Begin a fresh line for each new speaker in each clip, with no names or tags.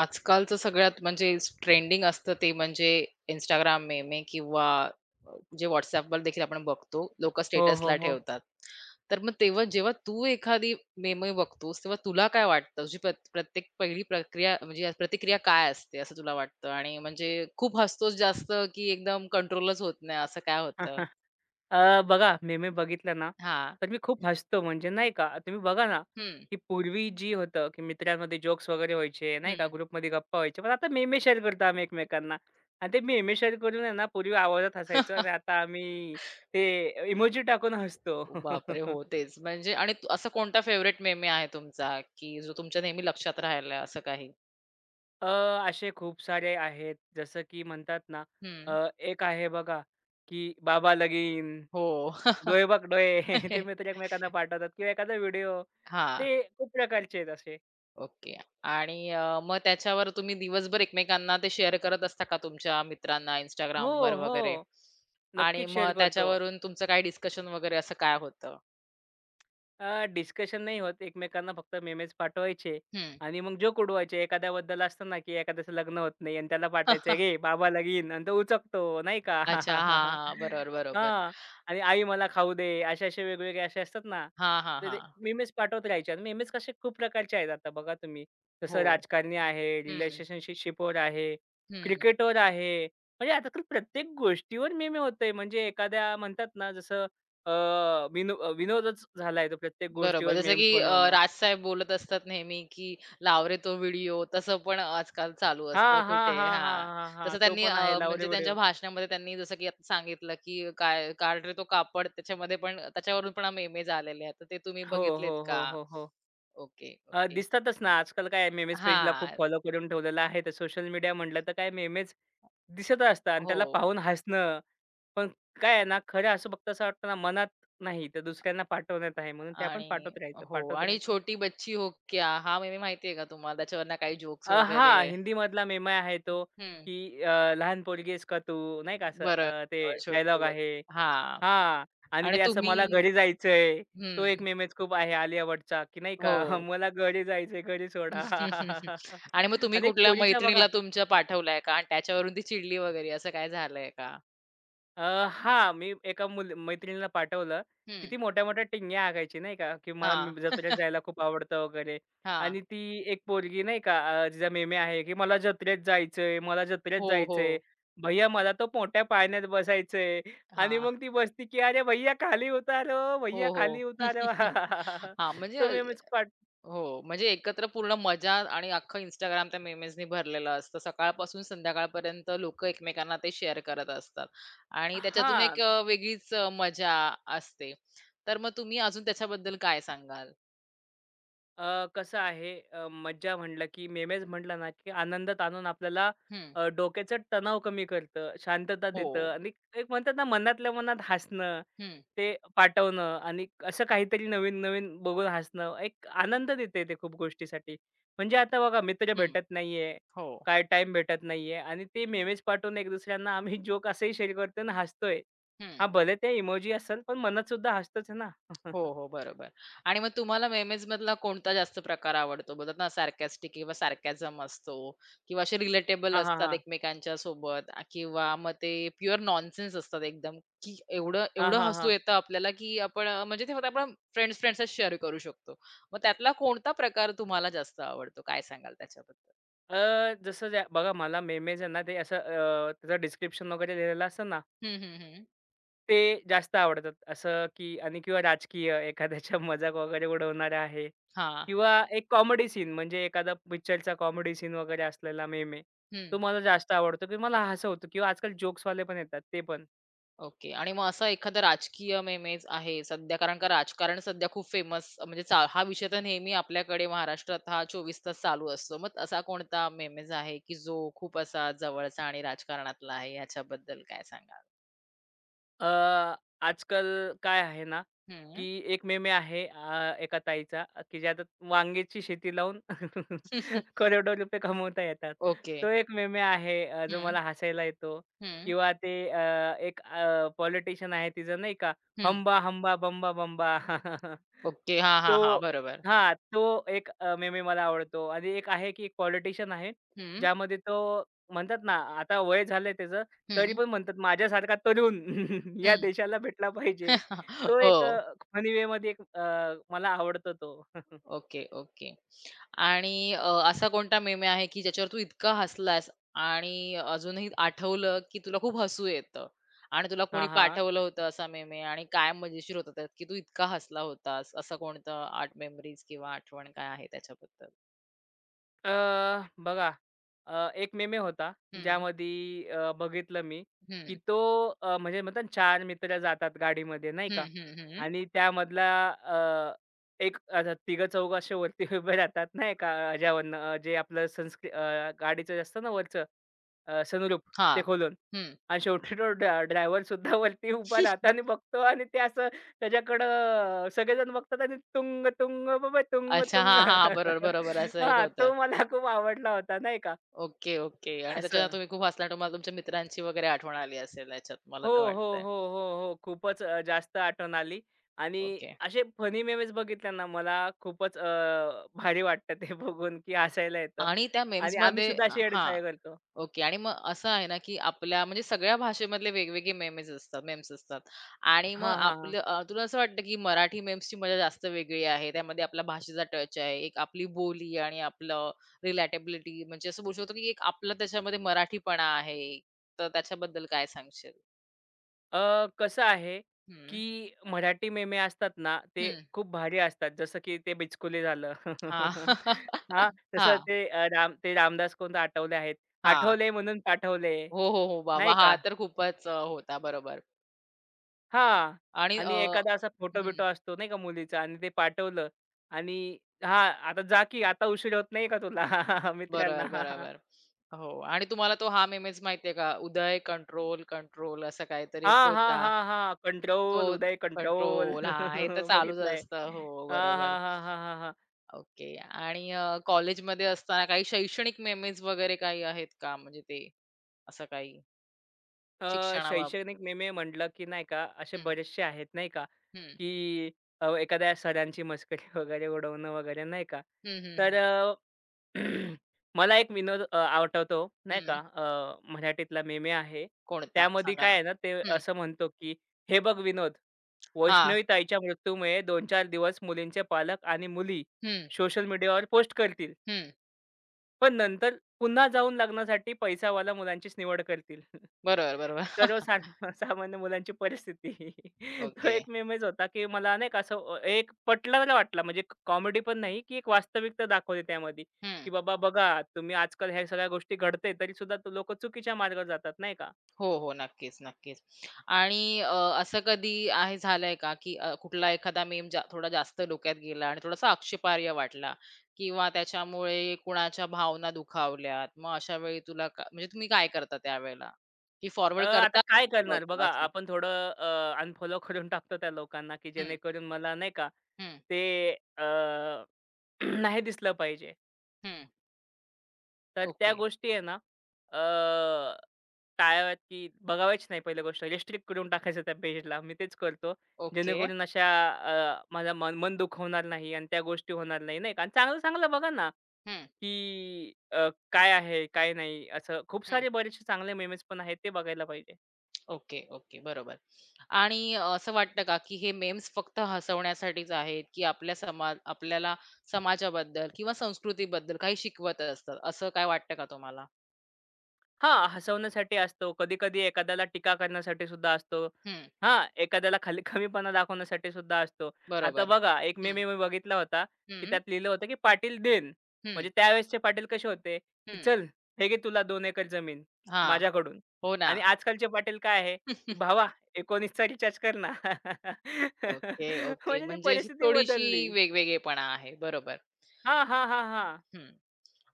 आजकालचं सगळ्यात म्हणजे ट्रेंडिंग असतं ते म्हणजे Instagram मेमे किंवा अ, जे WhatsAppवर देखील आपण बघतो, लोकं
हो, हो,
स्टेटसला
हो.
ठेवतात. तर मग तेव्हा जेव्हा तू एखादी मेमे बघतोस, तेव्हा तुला काय वाटतं? तुझी प्रत्येक पहिली प्रक्रिया म्हणजे प्रतिक्रिया काय असते असं तुला वाटतं? आणि म्हणजे खूप हसतोस जास्त की एकदम कंट्रोलच होत नाही असं काय होतं?
बघा मी बघितलं ना,
हां.
तर मी खूप हसतो म्हणजे नाही का, तुम्ही बघा ना,
हं,
की पूर्वी जी होतं, की मित्रांमध्ये जोक्स वगैरे व्हायचे नाही का,
हं.
ग्रुपमध्ये गप्पा व्हायच्या. पण आता मेमे शेअर करतो आम्ही एकमेकांना आणि ते मेमे शेअर करून आहे ना, पूर्वी आवाजात हसायचो आणि आता आम्ही ते इमोजी टाकून हसतो.
बापरे! हो, तेच. म्हणजे आणि असं कोणता फेव्हरेट मेमे आहे तुमचा की जो तुमच्या नेहमी लक्षात राहिला असं काही?
अ, असे खूप सारे आहेत जसं की म्हणतात ना,
हं.
एक आहे बघा, की बाबा लगीन.
हो.
डोळे बघ डोळे. ते मित्र एकमेकांना पाठवतात किंवा एखादा व्हिडिओ.
हां.
ते खूप प्रकारचे आहेत असे.
ओके. आणि मग त्याच्यावर तुम्ही दिवसभर एकमेकांना ते शेअर करत असता का तुमच्या मित्रांना
हो,
Instagramवर वगैरे?
हो.
आणि
नक्कीच
मग
शेअर करतो.
त्याच्यावरून तुमचं काही डिस्कशन वगैरे असं काय होतं?
डिस्कशन नाही होत. एकमेकांना फक्त मेमेज पाठवायचे
हं.
आणि मग जोक उडवायचे. एखाद्याबद्दल असतं ना, की एखाद्याचं लग्न होत नाही आणि त्याला पाठवायचं, "रे बाबा लगीन" आणि तो उचकतो नाही का?
अच्छा. हां, हां. बरोबर, बरोबर.
हां. आणि "आई मला खाऊ दे." असे-असे वेगवेगळे असे असतात ना,
हां, हां,
ते
हां.
मेमेज पाठवत राहायचे आणि मेमेज कसे खूप प्रकारचे आहेत आता बघा तुम्ही.
हो.
जसं राजकारणी आहे,
हं,
रिलेशनशिपवर आहे,
हं.
क्रिकेटवर आहे. म्हणजे आता तर प्रत्येक गोष्टीवर मेमे होतंय. म्हणजे एखाद्या म्हणतात ना, जसं अ, विनोदच झालाय तो प्रत्येक
बरोबर.
गोष्टीवर
जसं की
मेम्स बनवणं.
राजसाहेब बोलत असतात नेहमी, की "लाव रे तो व्हिडिओ." तसं पण आजकाल चालू
हां,
असतं
हां,
कुठे
हां,
हां.
हां, हां,
तसं
हां. तो
त्यांनी
पण
अ,
आहे लावरे
म्हणजे त्यांच्या
व्हिडिओ.
भाषणामध्ये त्यांनी जसं की आता सांगितलं, की "काय काढ रे तो कापड." त्याच्यामध्ये पण त्याच्यावरून पण मेमेज आलेले आहेत. तर ते तुम्ही
हो, हो,
बघितलेत का?
हो, हो, हो.
Okay, okay.
दिसतातच ना आजकाल काय मेमेज पेजला खूप
हां.
फॉलो करून ठेवलेलं आहे. तर सोशल मीडिया म्हटलं तर काय मेमेज दिसत असतात आणि
हो.
त्याला पाहून हसणं. पण काय आहे ना खरं असं फक्त असं वाटतं ना मनात नाही तर दुसऱ्यांना पाठवण्यात आहे. म्हणून ते आपण
आणि
पाठवत राहायचं,
हो
पाठवत
आणि
राहायचं.
छोटी बच्ची हो क्या? हा मेमे माहिती आहे का तुम्हाला? त्याच्यावरनं काही जोक्स वगैरे
हां, हिंदीमधला मेम आहे तो,
हं.
की "लहान पोरगी आहेस का तू?" नाही का असं
बरं.
ते डायलॉग
छोटी
आहे.
हां.
हां. आणि
आणि
ते असं
तुम्ही
मला घरी जायचंय. तो एक
हं.
मेमेज खूप आहे आलिया भट्टचा, की नाही का
हो.
मला घरी जायचंय, घरी सोडा.
आणि मग तुम्ही
आणि एक
कुठल्या
पोरीचा बघा
मैत्रिणीला तुमच्या पाठवलाय का? आणि त्याच्यावरून ती चिडली वगैरे असं काय झालंय का?
अ, हां, मी एका मुल मैत्रिणीला पाठवलं.
हं.
किती मोठ्या-मोठ्या टिंग्या हाकायची नाही का, की मला
हां.
म जत्रेत जायला खूप आवडतं वगैरे
हां.
आणि ती एक पोरगी नाही का जिचा मेमे आहे, की "मला जत्रेत जायचंय, मला जत्रेत
हो, हो.
जायचंय. भैय्या मला तो मोठ्या पाळण्यात बसायचंय." आणि
हां.
मग ती बसती, की "अरे भैय्या खाली उतारो, भैय्या
हो,
खाली
हो.
उतारो."
हां, म्हणजे
तो
अ,
मेमेच पाठ
हो, म्हणजे एकत्र पूर्ण मजा आणि अख्खं Instagram त्या मेमेजनी भरलेलं असतं. सकाळपासून संध्याकाळपर्यंत लोकं एकमेकांना ते शेअर करत असतात आणि त्याच्यातून एक
हां.
वेगळीच मजा असते. तर मग तुम्ही अजून त्याच्याबद्दल काय सांगाल?
कसं आहे मज्जा म्हटलं की मेमेज म्हटलं ना की आनंदात आणून आपल्याला
हं.
डोक्याचा तणाव कमी करतं, शांतता
हो.
देतं आणि एक म्हणतात ना मनातल्या मनात हसणं,
हं,
ते पाठवणं आणि असं काहीतरी नवीन-नवीन बघून हसणं, एक आनंद देते ते खूप गोष्टीसाठी. म्हणजे आता बघा मित्र
हं.
भेटत नाहीये,
हो.
काय टाईम भेटत नाहीये आणि ते मेमेज पाठवून एक दुसऱ्यांना आम्ही जोक असंही शेअर करतो आणि हसतोय.
हं.
हां, भले ते इमोजी असेल पण मनात सुद्धा हसतोच आहे ना.
हो, हो. बरोबर. आणि मग तुम्हाला मेमेजमधला कोणता जास्त प्रकार आवडतो? बोलतात ना सार्कास्टिक किंवा सार्कॅझम असतो किंवा असे रिलेटेबल
हां, हां,
असतात
हां.
एकमेकांच्या सोबत किंवा मग ते प्युअर नॉनसेन्स असतात एकदम, की एवढं
हां,
एवढं
हां,
हसू
हां.
येतं आपल्याला, की आपण अ, म्हणजे ते फक्त आपण फ्रेंड्सच शेअर करू शकतो. मग त्यातला कोणता प्रकार तुम्हाला जास्त आवडतो? काय सांगाल त्याच्याबद्दल?
जसं ज्या बघा मला मेमेज आहे ना, ते असं त्याचं डिस्क्रिप्शन वगैरे लिहिलेलं असतं ना,
हं, हं, हं.
ते जास्त आवडतात. असं की आणि किंवा राजकीय एखाद्याच्या मजाक वगैरे उडवणारा आहे
हां.
किंवा एक कॉमेडी सीन म्हणजे एखादा पिक्चरचा कॉमेडी सीन वगैरे असलेला मेमे, तो मला जास्त आवडतो की मला हसवतो किंवा आजकाल जोक्सवाले पण येतात ते पण.
ओके. आणि मग असा एखादा राजकीय मेमेज आहे सध्या कारण का राजकारण सध्या खूप फेमस म्हणजे चा हा विषय तर नेहमी आपल्याकडे महाराष्ट्रात हा 24 तास चालू असतो. मग असा कोणता मेमेज आहे, की जो खूप असा जवळचा आणि राजकारणातला आहे याच्याबद्दल काय सांगाल?
अ, आजकाल काय आहे ना, की
हं.
एक मेमे आहे एका ताईचा, की ज्यात वांग्याची शेती लावून करोडो रुपये कमवता येतात.
ओके.
तो एक मेमे आहे जो
हं,
मला हसायला येतो
हं,
किंवा ते पॉलिटिशियन आहे तिचं नाही का,
हं.
हंबा, हंबा, बंबा, बंबा.
ओके. हां, हां,
तो
हां. बरोबर.
हां, तो एक मेमे मला आवडतो आणि एक आहे की एक पॉलिटिशियन आहे,
हं,
ज्यामध्ये तो म्हणतात ना, आता वय झालंय त्याचं तरी
हं,
पण म्हणतात माझ्यासारखा तरुण या
हं.
देशाला भेटला पाहिजे. तो एक
हो.
अ, फनी वेमध्ये एक मला आवडतो तो.
Okay, okay. आणि असा कोणता मेमे आहे, की ज्याच्यावर तू इतका हसलास आणि अजूनही आठवलं, की तुला खूप हसू येतं आणि तुला कोणी
हां, हां.
पाठवलं होतं असा मेमे आणि काय मजेशीर होतं त्यात, की तू इतका हसला होतास? असं कोणतं आर्ट मेमरीज किंवा आठवण काय आहे त्याच्याबद्दल?
अ, बघा एक मेमे होता
हं,
ज्यामध्ये बघितलं मी, की
हं,
तो म्हणजे म्हणतात ना 4 मित्र जातात गाडीमध्ये नाही
हं,
का
हं, हं.
आणि त्यामधला एक आता तिघं-चौघं असे वरती उभे राहतात नाही का, ह्याच्यावरनं जे आपलं संस्क गाडीचं असतं ना वरचं सनरूफ
हां,
ते खोलून
हं.
आणि शेवटी तो ड्रायव्हरसुद्धा वरती उभा राहतो आणि बघतो आणि ते असं त्याच्याकडं सगळेजण बघतात आणि तुंग, तुंग बाबा तुंग,
अच्छा.
तुंग.
हां, हां. बरोबर, बरोबर. असं एक
हां,
होतं.
तो मला खूप आवडला होता नाही का
ओके, ओके. आणि
असं.
त्याच्यात तुम्ही खूप हसला तुम्हाला तुमच्या मित्रांची वगैरे आठवण आली असेल याच्यात मला
हो,
तर
हो,
वाटतंय.
हो, हो, हो. खूपच जास्त आठवण आली आणि
ओके.
असे फनी मेमेज बघितले ना मला खूपच भारी वाटतं ते बघून की हसायला येतं
आणि त्या
आणि
मेम्समध्ये
आम्हीसुद्धा अशी येडे
हां.
चाळे करतो.
ओके. आणि मग असं आहे ना, की आपल्या म्हणजे सगळ्या भाषेमधले वेगवेगळे मेमेज असतात मेम्स असतात. आणि मग
हां, हां, हां.
आपलं तुला असं वाटतं, की मराठी मेम्सची मजा जास्त वेगळी आहे. त्यामध्ये आपल्या भाषेचा टच आहे. एक आपली बोली आणि आपलं रिलेटेबिलिटी म्हणजे असं बोलू शकतो, की एक आपलं त्याच्यामध्ये मराठीपणा आहे. तर त्याच्याबद्दल काय सांगशील?
कसं आहे,
हं.
की मराठी मेमे असतात ना, ते
हं.
खूप भारी असतात. जसं की ते बिचकुले झालं.
हां.
हां, तसं
हां,
ते राम ते रामदास कोण आठवले आहेत.
हां.
आठवले म्हणून पाठवले,
हो, हो, हो. बाबा!
नाही
हा
का?
तर खूपच होता. बरोबर.
हां.
आणि अ,
आणि एखादा असा
हं.
फोटो-बिटो असतो नाही का मुलीचा आणि ते पाठवलं आणि हां, आता जा की आता उशीर होत नाही का तुला मित्रांना?
बरोबर, बरोबर. हो आणि तुम्हाला तो हा मेमेज माहिती का? उदय, कंट्रोल, कंट्रोल असं काहीतरी एक
हां, हां,
होता.
हां, हां.
तो
कंट्रोल, उदय कंट्रोल.
कंट्रोल हां, हे तर चालूच
बघितलंय.
असतं. हो,
हां,
बरोबर.
हां, हां, हां, हां, हां.
ओके आणि कॉलेजमध्ये असताना काही शैक्षणिक मेमेज वगैरे काही आहेत का? म्हणजे ते असं काही शिक्षणाबाब
शैक्षणिक मेमे म्हटलं, की नाही का असे
हं,
बरेचसे आहेत नाही का,
हं.
की एखाद्या सरांची मस्करी वगैरे उडवणं वगैरे नाही का.
हं, हं,
तर
हं.
मला एक विनोद आठवतो नाही का
हं.
मराठीतला मेमे आहे.
कोणता?
त्यामध्ये
सांगा
काय
ना.
आहे ना ते
हं.
असं म्हणतो, की "हे बघ विनोद,
हां.
वैष्णवी ताईच्या मृत्यूमुळे 2-4 दिवस मुलींचे पालक आणि मुली
हं,
सोशल मीडियावर पोस्ट करतील."
हं.
पण नंतर पुन्हा जाऊन लग्नासाठी पैसावाला मुलांचीच निवड करतील.
बरोबर, बरोबर.
सामान्य मुलांची परिस्थिती. तो
ओके.
एक मेमच होता, की मला नाही का असं एक पटलाला वाटला म्हणजे कॉमेडी पण नाही, की एक वास्तविकता दाखवली त्यामध्ये, की बाबा बघा तुम्ही आजकाल ह्या सगळ्या गोष्टी घडते तरीसुद्धा लोकं चुकीच्या मार्गावर जातात नाही का.
हो, हो. नक्कीच, नक्कीच. आणि असं कधी आहे झालंय का, की कुठला एखादा मीम थोडा जास्त डोक्यात गेला आणि थोडासा आक्षेपार्ह वाटला किंवा त्याच्यामुळे कुणाच्या भावना दुखावल्यात. मग अशा वेळी तुला का म्हणजे तुम्ही काय करता त्यावेळेला? की फॉरवर्ड
आता
करता
काय करणार बघा
असं?
आपण थोडं अनफॉलो करून टाकतो त्या लोकांना, की
हं,
जेणेकरून मला नाही का
हं,
ते अ, नाही दिसलं पाहिजे.
हं.
तर त्या
ओके,
गोष्टी आहे ना अ, टाळाव्यात, की बघाव्याच नाही पहिली गोष्ट. रिस्ट्रिक्ट करून टाकायचं त्या पेजला. मी तेच करतो.
ओके.
जेणेकरून अशा माझं मन मन दुखवणार नाही आणि त्या गोष्टी होणार नाही, नाही का? आणि चांगलं-चांगलं बघा ना,
हं,
की काय आहे, काय नाही असं खूप
हं.
सारे बरेचसे चांगले मेमेज पण आहेत, ते बघायला पाहिजे.
Okay, okay. बरोबर. आणि असं वाटतं का, की हे मेम्स फक्त हसवण्यासाठीच आहेत, की आपल्या आपल्याला समाजाबद्दल किंवा संस्कृतीबद्दल काही शिकवत असतात, असं काय वाटतं का तुम्हाला?
हां, हसवण्यासाठी असतो. कधी-कधी एखाद्याला टीका करण्यासाठी सुद्धा असतो.
हं,
हां, एखाद्याला खाली कमीपणा दाखवण्यासाठी सुद्धा असतो. आता
बरोबर.
बघा, एक
हं,
मेमे मी बघितला होता, की
हं,
त्यात लिहिलं होतं, की "पाटील देन."
हं,
म्हणजे त्यावेळेसचे पाटील कसे होते, की
हं.
"चल, हे घे तुला 2 एकर जमीन
हां.
माझ्याकडून."
हो ना.
आणि आजकालचे पाटील काय आहे, की "भावा, 19चा रिचार्ज कर ना."
Okay, okay.
म्हणजे ती
म्हणजे अशी
परिस्थिती
थोडीशी
बदलली.
वेगवेगळेपणा आहे. बरोबर.
हां, हां, हां, हां.
हं.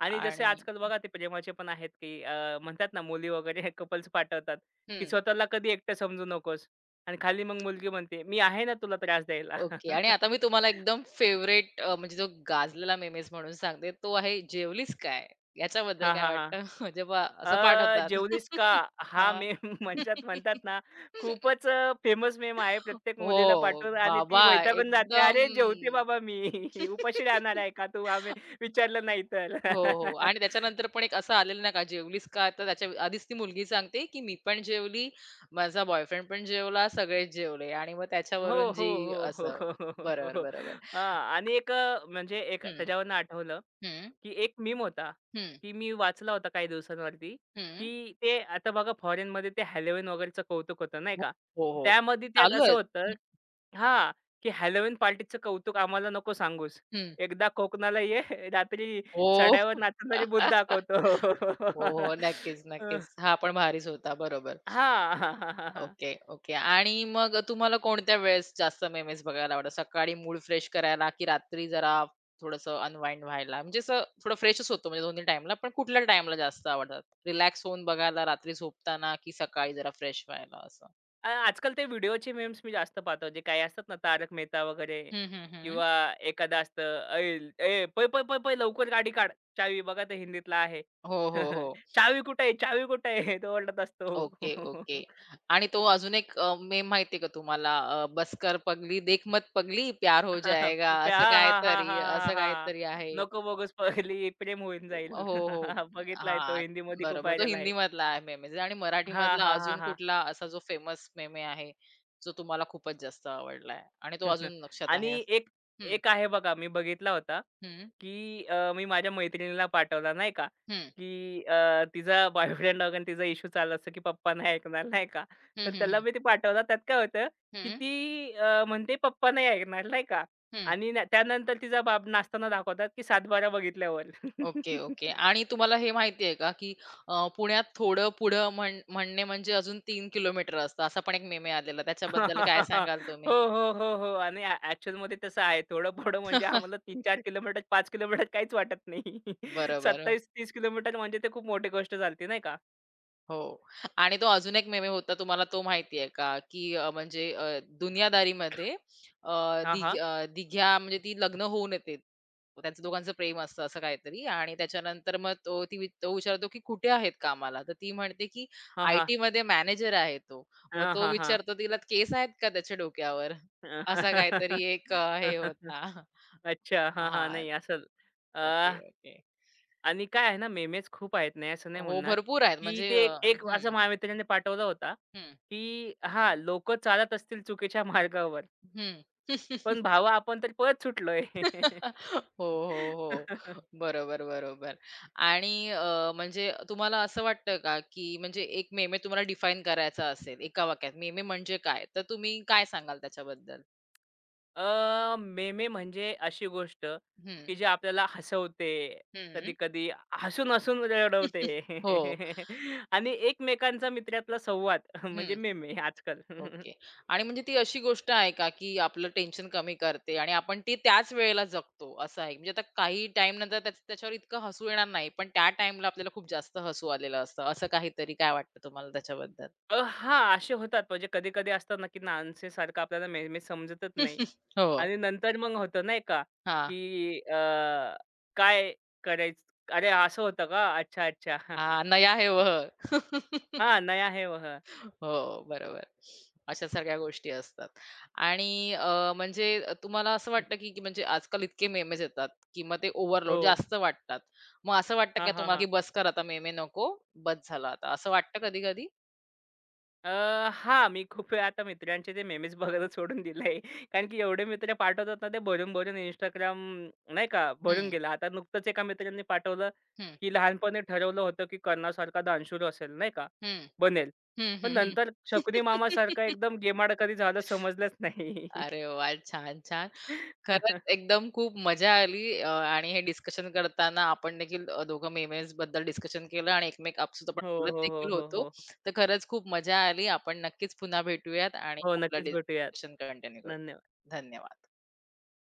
आणि जसे
आणि
आजकाल बघा ते प्रेमाचे पण आहेत, की म्हणतात ना मुली वगैरे कपल्स पाठवतात, की स्वतःला कधी एकटं समजू नकोस आणि खाली मग मुलगी म्हणते, "मी आहे ना तुला त्रास द्यायला."
ओके. आणि आता मी तुम्हाला एकदम फेवरेट म्हणजे जो गाजलेला मेमेज म्हणून सांगते तो आहे जेवलीस काय? याच्याबद्दल
हां,
काय
हां, हां.
वाटतं? जेव्हा असं
अ,
पाठवतात.
जेवलीस का? हा
हां.
मेम म्हणतात म्हणतात ना, खूपच फेमस मेम आहे प्रत्येक मुलीला
हो.
पाठवून आणि ती
बाबा
वैतागून जाते,
एकदम
"अरे जेवते बाबा मी, उपाशी राहणार आहे का तू?" आम्ही विचारलं नाही तर.
हो, हो. आणि त्याच्यानंतर पण एक असं आलेलं नाही का, जेवलीस का? तर त्याच्या आधीच ती मुलगी सांगते, की "मी पण जेवली, माझा बॉयफ्रेंड पण जेवला, सगळेच जेवले." आणि मग
हो,
त्याच्यावरून
हो,
जी
हो, हो,
असं
हो, हो. हो,
बरोबर,
हो.
बरोबर.
हां आणि एक म्हणजे एक
हं,
त्याच्यावरून आठवलं,
हं,
की एक मीम होता,
हं,
की मी वाचला होता काही दिवसांवरती,
हं.
की ते आता बघा फॉरेनमध्ये ते हॅलोवीन वगैरेचं कौतुक होतं नाही
हो,
का?
हो, हो.
त्यामध्ये त्यात
चालू
असं
आहेत.
होतं
हं,
हां, की हॅलोवीन पार्टीचं कौतुक आम्हाला नको सांगूस.
हं.
एकदा कोकणाला ये, रात्री
हो.
सड्यावर नाचणारी भूत
हो,
दाखवतो.
हो. नक्कीच,
अ,
नक्कीच. हा पण भारीच होता. बरोबर.
हां.
Okay, okay. आणि मग तुम्हाला कोणत्या वेळेस जास्त मेमेज बघायला आवडतात? सकाळी मूड फ्रेश करायला की रात्री जरा थोडंसं अनवाइंड व्हायला? म्हणजे असं थोडं फ्रेशच होतो म्हणजे दोन्ही टाईमला, पण कुठल्या टाईमला जास्त आवडतात? रिलॅक्स होऊन बघायला रात्री झोपताना की सकाळी जरा फ्रेश व्हायला असं?
आजकाल ते व्हिडिओचे मेम्स मी जास्त पाहतो. जे काही असतात ना तारक मेहता वगैरे
हं, हं, हं.
किंवा एखादं असतं, "ऐल ए पळ, पळ, पळ, पळ लवकर गाडी काढ. चावी" बघा ते हिंदीतला आहे.
हो, हो, हो.
"चावी कुठे आहे? चावी कुठे आहे?" तो ओरडत असतो.
Okay, okay. आणि तो अजून एक मेम माहिती का तुम्हाला? बस पगली, देख मत पगली, प्यार हो
"हां,
जाएगा.
हां, हां, हां,
असं
हां.
काहीतरी आहे.
नको बोगस पळली, प्रेम होऊन
हो,
जाईल."
हो.
बघितलाय तो
हां,
हिंदीमध्ये खूप
बरोबर. तो
व्हायरल आहे.
हिंदीमधला आहे मेम आणि
हां,
मराठीमधला
हां, हां,
अजून
हां.
कुठला असा जो फेमस मेमे आहे, जो तुम्हाला खूपच जास्त आवडलाय आणि तो अजून लक्षात आहे?
आणि एक
हं,
एक आहे बघा मी बघितला होता,
हं,
की मी माझ्या मैत्रिणीला पाठवला नाही का,
हं,
की तिचा बॉयफ्रेंड वगैरे तिचा इश्यू चालू असतो, की पप्पा नाही ऐकणार नाही का.
हं,
तर
हं,
त्याला
हं,
मी ते पाठवलं. त्यात काय होतं, की
हं,
ती म्हणते पप्पा नाही ऐकणार नाही का आणि त्यानंतर तिचा बाप नाचताना दाखवतात, की सातबारा बघितल्यावर.
Okay, okay. आणि तुम्हाला हे माहिती आहे का, की पुण्यात थोडं पुढं म्हणणे म्हणजे अजून 3 किलोमीटर असतं, असा पण एक मेमे आलेला. त्याच्याबद्दल काय सांगाल तुम्ही?
हो, हो, हो, हो. आणि ॲक्चुअलमध्ये तसं आहे. थोडं पुढं म्हणजे आम्हाला 3-4 किलोमीटर, 5 किलोमीटर काहीच वाटत नाही.
बरोबर.
27-30 किलोमीटर म्हणजे ते खूप मोठी गोष्ट झाली नाही का?
हो आणि तो अजून एक मेमे होता तुम्हाला तो माहिती आहे का? की दुनियादारीमध्ये
हां, हां.
दिघ्या म्हणजे ती लग्न होऊन येते. त्यांचं दोघांचं प्रेम असतं असं काहीतरी आणि त्याच्यानंतर मग तो ती वि तो विचारतो, की "कुठे आहेत कामाला?" तर ती म्हणते, की
हां, हां.
आयटीमध्ये मॅनेजर आहे तो. मग
हां,
तो
हां, हां.
विचारतो तिला, "केस आहेत का त्याच्या डोक्यावर?" असा काहीतरी एक हे होता.
अच्छा. हां, हां.
हां.
नाही असंल. अ,
ओके, ओके.
आणि काय आहे ना मेमेज खूप आहेत. नाही असं नाही
हो,
म्हणणार,
भरपूर आहेत
की ते एक एक असं
हं,
माझ्या पाठवला होता,
हं,
की हां, लोकं चालत असतील चुकीच्या मार्गावर,
हं.
पण भावा आपण तर पळत सुटलोय.
हो, हो, हो. बरोबर, बरोबर. आणि अ, म्हणजे तुम्हाला असं वाटतं का, की म्हणजे एक मेमे तुम्हाला डिफाईन करायचा असेल एका वाक्यात, मेमे म्हणजे काय? तर तुम्ही काय सांगाल त्याच्याबद्दल?
मेमे म्हणजे अशी गोष्ट,
हं,
की जी आपल्याला हसवते.
हं.
कधी-कधी हसून-हसून रडवते.
हो.
आणि एकमेकांचा मित्रातला संवाद म्हणजे
हं.
मेमे आजकाल.
ओके. आणि म्हणजे ती अशी गोष्ट आहे का, की आपलं टेन्शन कमी करते आणि आपण ती त्याच वेळेला जगतो असं आहे? म्हणजे आता काही टाईम नंतर त्याच्यावर इतकं हसू येणार नाही, पण त्या टाईमला आपल्याला खूप जास्त हसू आलेलं असतं. असं काहीतरी काय वाटतं तुम्हाला त्याच्याबद्दल?
हां, असे होतात. म्हणजे कधी-कधी असतात ना, की नानसेसारखं आपल्याला मेमे समजतच नाही.
हो.
आणि नंतर मग होतं नाही का,
हां.
की अ, काय करायचं? अरे, असं होतं का? अच्छा, अच्छा.
हां, नया है वह.
हां, नया है वह.
हो, बरोबर. अशा सगळ्या गोष्टी असतात. आणि अ, म्हणजे तुम्हाला असं वाटतं की की म्हणजे आजकाल इतके मेमेज येतात, की मग ते
हो.
ओव्हरलोड जास्त वाटतात. मग असं वाटतं
हां,
का
हां,
तुम्हाला की
हां.
बस कर आता मेमे नको, बस झालं आता, असं वाटतं कधी-कधी?
अ, हां, मी खूप वेळा आता मित्रांचे ते मेमेज बघायला सोडून दिलंय. कारण की एवढे मित्र पाठवतात ना, ते भरून-भरून Instagram नाही का भरून
हं,
गेलं. आता नुकतंच एका मित्रांनी पाठवलं,
हं,
की लहानपणी ठरवलं होतं, की कर्णासारखा दानशूर असेल नाही का,
हं,
बनेल.
हं,
पण
हं, हं.
नंतर शकुनी मामासारखा एकदम गेमाड कधी झालं समजलंच नाही.
अरे वाह! छान, छान. खरंच एकदम खूप मजा आली आणि हे डिस्कशन करताना आपण देखील दोघं मेमेज बद्दल डिस्कशन केलं आणि एकमेक आपसुत आपण
हो,
बोलत
हो, हो,
देखील
हो,
होतो.
हो.
तर खरंच खूप मजा आली. आपण नक्कीच पुन्हा भेटूयात आणि
हो,
आपलं
नक्कीच भेटूयात.
डिस्कशन कंटिन्यू
धन्यवाद.
करूया. धन्यवाद.